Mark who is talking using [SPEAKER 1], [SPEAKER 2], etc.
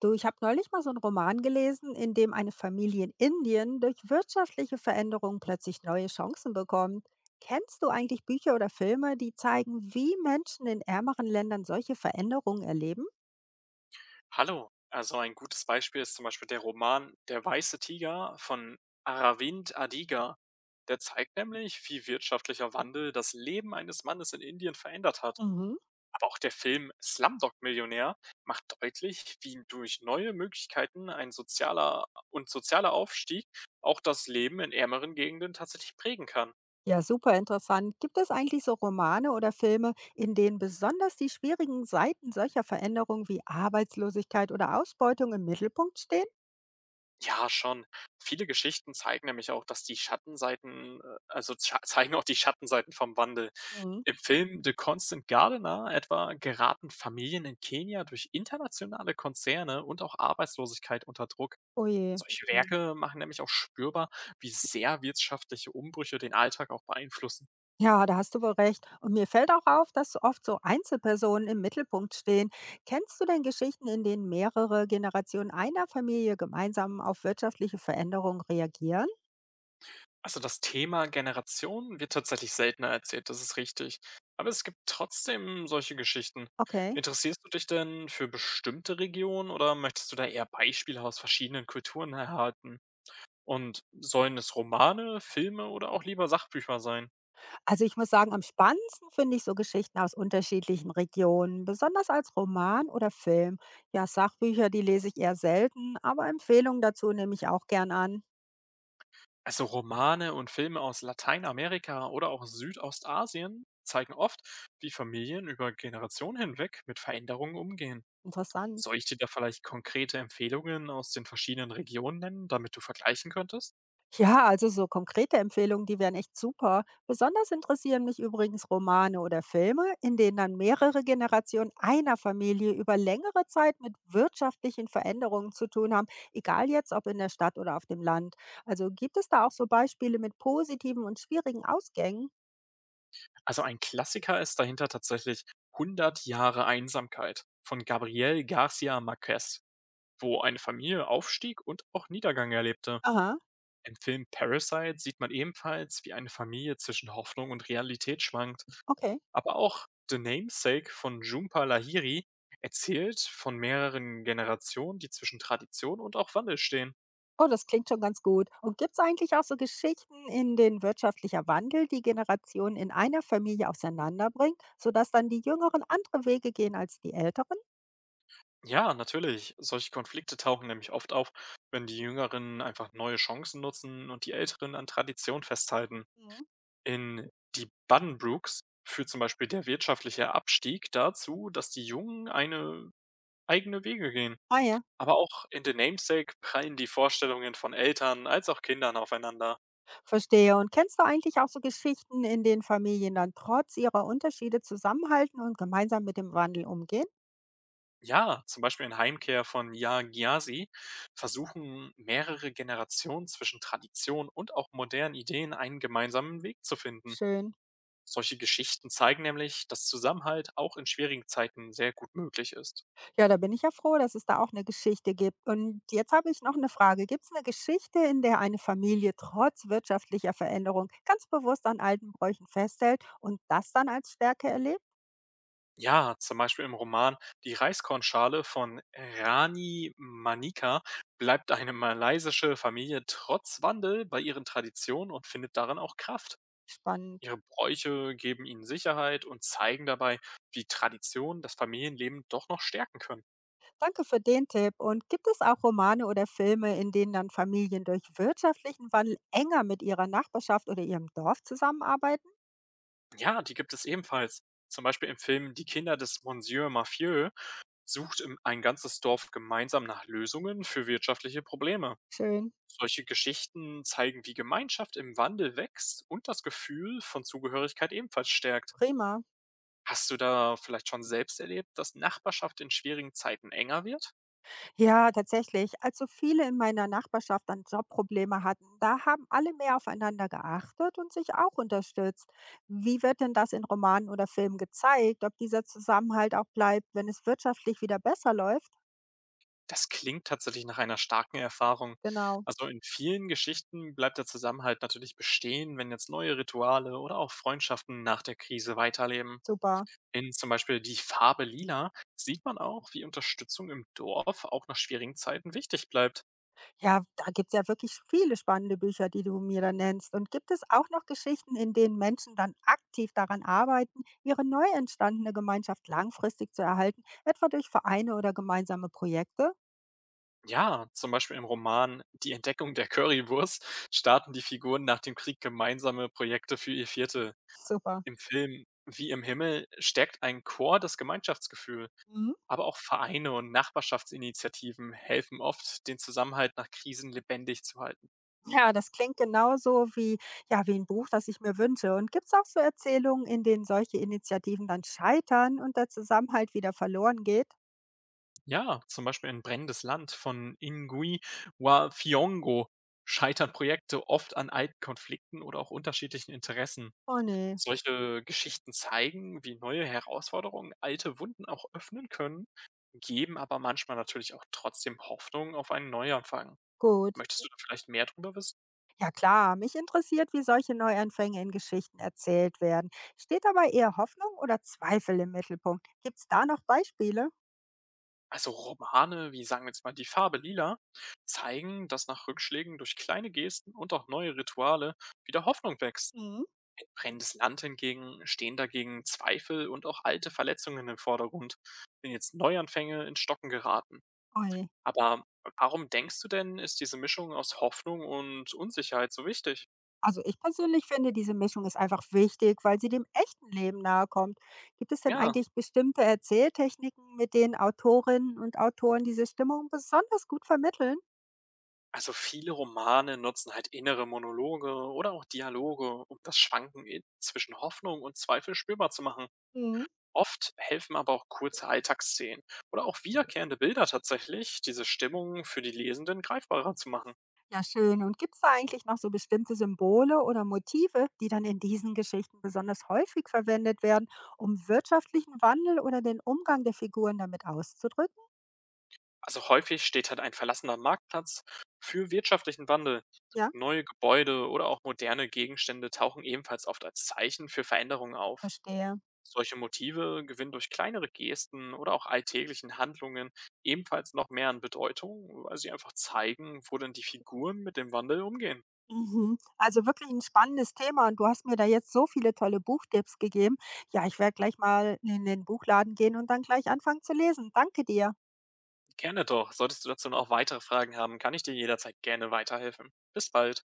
[SPEAKER 1] Du, ich habe neulich mal so einen Roman gelesen, in dem eine Familie in Indien durch wirtschaftliche Veränderungen plötzlich neue Chancen bekommt. Kennst du eigentlich Bücher oder Filme, die zeigen, wie Menschen in ärmeren Ländern solche Veränderungen erleben?
[SPEAKER 2] Hallo. Also ein gutes Beispiel ist zum Beispiel der Roman Der weiße Tiger von Aravind Adiga. Der zeigt nämlich, wie wirtschaftlicher Wandel das Leben eines Mannes in Indien verändert hat.
[SPEAKER 1] Mhm.
[SPEAKER 2] Aber auch der Film Slumdog Millionär macht deutlich, wie durch neue Möglichkeiten ein sozialer und sozialer Aufstieg auch das Leben in ärmeren Gegenden tatsächlich prägen kann.
[SPEAKER 1] Ja, super interessant. Gibt es eigentlich so Romane oder Filme, in denen besonders die schwierigen Seiten solcher Veränderungen wie Arbeitslosigkeit oder Ausbeutung im Mittelpunkt stehen?
[SPEAKER 2] Ja, schon. Viele Geschichten zeigen nämlich auch, dass die Schattenseiten, zeigen auch die Schattenseiten vom Wandel.
[SPEAKER 1] Mhm.
[SPEAKER 2] Im Film „The Constant Gardener“ etwa geraten Familien in Kenia durch internationale Konzerne und auch Arbeitslosigkeit unter Druck.
[SPEAKER 1] Oh je.
[SPEAKER 2] Solche Werke machen nämlich auch spürbar, wie sehr wirtschaftliche Umbrüche den Alltag auch beeinflussen.
[SPEAKER 1] Ja, da hast du wohl recht. Und mir fällt auch auf, dass oft so Einzelpersonen im Mittelpunkt stehen. Kennst du denn Geschichten, in denen mehrere Generationen einer Familie gemeinsam auf wirtschaftliche Veränderungen reagieren?
[SPEAKER 2] Also das Thema Generationen wird tatsächlich seltener erzählt, das ist richtig. Aber es gibt trotzdem solche Geschichten.
[SPEAKER 1] Okay.
[SPEAKER 2] Interessierst du dich denn für bestimmte Regionen oder möchtest du da eher Beispiele aus verschiedenen Kulturen erhalten? Und sollen es Romane, Filme oder auch lieber Sachbücher sein?
[SPEAKER 1] Also ich muss sagen, am spannendsten finde ich so Geschichten aus unterschiedlichen Regionen, besonders als Roman oder Film. Ja, Sachbücher, die lese ich eher selten, aber Empfehlungen dazu nehme ich auch gern an.
[SPEAKER 2] Also Romane und Filme aus Lateinamerika oder auch Südostasien zeigen oft, wie Familien über Generationen hinweg mit Veränderungen umgehen.
[SPEAKER 1] Interessant.
[SPEAKER 2] Soll ich dir da vielleicht konkrete Empfehlungen aus den verschiedenen Regionen nennen, damit du vergleichen könntest?
[SPEAKER 1] Ja, also so konkrete Empfehlungen, die wären echt super. Besonders interessieren mich übrigens Romane oder Filme, in denen dann mehrere Generationen einer Familie über längere Zeit mit wirtschaftlichen Veränderungen zu tun haben, egal jetzt ob in der Stadt oder auf dem Land. Also gibt es da auch so Beispiele mit positiven und schwierigen Ausgängen?
[SPEAKER 2] Also ein Klassiker ist dahinter tatsächlich 100 Jahre Einsamkeit von Gabriel Garcia Marquez, wo eine Familie Aufstieg und auch Niedergang erlebte.
[SPEAKER 1] Aha,
[SPEAKER 2] Im Film Parasite sieht man ebenfalls, wie eine Familie zwischen Hoffnung und Realität schwankt.
[SPEAKER 1] okay.
[SPEAKER 2] Aber auch „The Namesake“ von Jhumpa Lahiri erzählt von mehreren Generationen, die zwischen Tradition und auch Wandel stehen.
[SPEAKER 1] Oh, das klingt schon ganz gut. Und gibt es eigentlich auch so Geschichten, in denen wirtschaftlicher Wandel die Generationen in einer Familie auseinanderbringt, sodass dann die Jüngeren andere Wege gehen als die Älteren?
[SPEAKER 2] Ja, natürlich. Solche Konflikte tauchen nämlich oft auf, wenn die Jüngeren einfach neue Chancen nutzen und die Älteren an Tradition festhalten.
[SPEAKER 1] Mhm.
[SPEAKER 2] In „Die Buddenbrooks“ führt zum Beispiel der wirtschaftliche Abstieg dazu, dass die Jungen eine eigene Wege gehen.
[SPEAKER 1] Ah ja,
[SPEAKER 2] Aber auch in „The Namesake“ prallen die Vorstellungen von Eltern als auch Kindern aufeinander.
[SPEAKER 1] verstehe. Und kennst du eigentlich auch so Geschichten, in denen Familien dann trotz ihrer Unterschiede zusammenhalten und gemeinsam mit dem Wandel umgehen?
[SPEAKER 2] Ja, zum Beispiel in Heimkehr von Yagyasi versuchen mehrere Generationen zwischen Tradition und auch modernen Ideen einen gemeinsamen Weg zu finden.
[SPEAKER 1] Schön.
[SPEAKER 2] Solche Geschichten zeigen nämlich, dass Zusammenhalt auch in schwierigen Zeiten sehr gut möglich ist.
[SPEAKER 1] Ja, da bin ich ja froh, dass es da auch eine Geschichte gibt. Und jetzt habe ich noch eine Frage. Gibt es eine Geschichte, in der eine Familie trotz wirtschaftlicher Veränderung ganz bewusst an alten Bräuchen festhält und das dann als Stärke erlebt?
[SPEAKER 2] Ja, zum Beispiel im Roman Die Reiskornschale von Rani Manika bleibt eine malaysische Familie trotz Wandel bei ihren Traditionen und findet darin auch Kraft.
[SPEAKER 1] Spannend.
[SPEAKER 2] Ihre Bräuche geben ihnen Sicherheit und zeigen dabei, wie Traditionen das Familienleben doch noch stärken können.
[SPEAKER 1] Danke für den Tipp. Und gibt es auch Romane oder Filme, in denen dann Familien durch wirtschaftlichen Wandel enger mit ihrer Nachbarschaft oder ihrem Dorf zusammenarbeiten?
[SPEAKER 2] Ja, die gibt es ebenfalls. Zum Beispiel im Film Die Kinder des Monsieur Mafieux ein ganzes Dorf gemeinsam nach Lösungen für wirtschaftliche Probleme.
[SPEAKER 1] Schön.
[SPEAKER 2] Solche Geschichten zeigen, wie Gemeinschaft im Wandel wächst und das Gefühl von Zugehörigkeit ebenfalls stärkt.
[SPEAKER 1] Prima.
[SPEAKER 2] Hast du da vielleicht schon selbst erlebt, dass Nachbarschaft in schwierigen Zeiten enger wird?
[SPEAKER 1] Ja, tatsächlich. Als so viele in meiner Nachbarschaft dann Jobprobleme hatten, da haben alle mehr aufeinander geachtet und sich auch unterstützt. Wie wird denn das in Romanen oder Filmen gezeigt, ob dieser Zusammenhalt auch bleibt, wenn es wirtschaftlich wieder besser läuft?
[SPEAKER 2] Das klingt tatsächlich nach einer starken Erfahrung.
[SPEAKER 1] Genau,
[SPEAKER 2] Also in vielen Geschichten bleibt der Zusammenhalt natürlich bestehen, wenn jetzt neue Rituale oder auch Freundschaften nach der Krise weiterleben.
[SPEAKER 1] super.
[SPEAKER 2] In zum Beispiel die Farbe Lila sieht man auch, wie Unterstützung im Dorf auch nach schwierigen Zeiten wichtig bleibt.
[SPEAKER 1] Ja, da gibt's ja wirklich viele spannende Bücher, die du mir da nennst. Und gibt es auch noch Geschichten, in denen Menschen dann aktiv daran arbeiten, ihre neu entstandene Gemeinschaft langfristig zu erhalten, etwa durch Vereine oder gemeinsame Projekte?
[SPEAKER 2] Ja, zum Beispiel im Roman Die Entdeckung der Currywurst starten die Figuren nach dem Krieg gemeinsame Projekte für ihr Vierte.
[SPEAKER 1] Super.
[SPEAKER 2] Im Film Wie im Himmel stärkt ein Chor das Gemeinschaftsgefühl.
[SPEAKER 1] Mhm.
[SPEAKER 2] Aber auch Vereine und Nachbarschaftsinitiativen helfen oft, den Zusammenhalt nach Krisen lebendig zu halten.
[SPEAKER 1] Ja, das klingt genauso wie, ja, wie ein Buch, das ich mir wünsche. Und gibt's auch so Erzählungen, in denen solche Initiativen dann scheitern und der Zusammenhalt wieder verloren geht?
[SPEAKER 2] Ja, zum Beispiel in Brennendes Land von Ingui wa Fiongo scheitern Projekte oft an alten Konflikten oder auch unterschiedlichen Interessen.
[SPEAKER 1] Oh nee,
[SPEAKER 2] Solche Geschichten zeigen, wie neue Herausforderungen alte Wunden auch öffnen können, geben aber manchmal natürlich auch trotzdem Hoffnung auf einen Neuanfang.
[SPEAKER 1] gut.
[SPEAKER 2] Möchtest du da vielleicht mehr drüber wissen?
[SPEAKER 1] Ja klar, mich interessiert, wie solche Neuanfänge in Geschichten erzählt werden. Steht dabei eher Hoffnung oder Zweifel im Mittelpunkt? Gibt es da noch Beispiele?
[SPEAKER 2] Also Romane, wie sagen wir jetzt mal die Farbe Lila, zeigen, dass nach Rückschlägen durch kleine Gesten und auch neue Rituale wieder Hoffnung wächst.
[SPEAKER 1] Mhm.
[SPEAKER 2] In Brennendes Land hingegen stehen dagegen Zweifel und auch alte Verletzungen im Vordergrund, wenn jetzt Neuanfänge ins Stocken geraten.
[SPEAKER 1] Ui.
[SPEAKER 2] Aber warum denkst du denn, ist diese Mischung aus Hoffnung und Unsicherheit so wichtig?
[SPEAKER 1] Also ich persönlich finde, diese Mischung ist einfach wichtig, weil sie dem echten Leben nahe kommt. Gibt es denn
[SPEAKER 2] Ja,
[SPEAKER 1] eigentlich bestimmte Erzähltechniken, mit denen Autorinnen und Autoren diese Stimmung besonders gut vermitteln?
[SPEAKER 2] also viele Romane nutzen halt innere Monologe oder auch Dialoge, um das Schwanken zwischen Hoffnung und Zweifel spürbar zu machen. Oft helfen aber auch kurze Alltagsszenen oder auch wiederkehrende Bilder tatsächlich, diese Stimmung für die Lesenden greifbarer zu machen.
[SPEAKER 1] Ja, schön. Und gibt es da eigentlich noch so bestimmte Symbole oder Motive, die dann in diesen Geschichten besonders häufig verwendet werden, um wirtschaftlichen Wandel oder den Umgang der Figuren damit auszudrücken?
[SPEAKER 2] Also häufig steht halt ein verlassener Marktplatz für wirtschaftlichen Wandel.
[SPEAKER 1] Ja,
[SPEAKER 2] Neue Gebäude oder auch moderne Gegenstände tauchen ebenfalls oft als Zeichen für Veränderungen auf.
[SPEAKER 1] verstehe.
[SPEAKER 2] Solche Motive gewinnen durch kleinere Gesten oder auch alltäglichen Handlungen ebenfalls noch mehr an Bedeutung, weil sie einfach zeigen, wo denn die Figuren mit dem Wandel umgehen.
[SPEAKER 1] Mhm. Also wirklich ein spannendes Thema und du hast mir da jetzt so viele tolle Buchtipps gegeben. Ja, ich werde gleich mal in den Buchladen gehen und dann gleich anfangen zu lesen. Danke dir.
[SPEAKER 2] Gerne doch. Solltest du dazu noch weitere Fragen haben, kann ich dir jederzeit gerne weiterhelfen. Bis bald.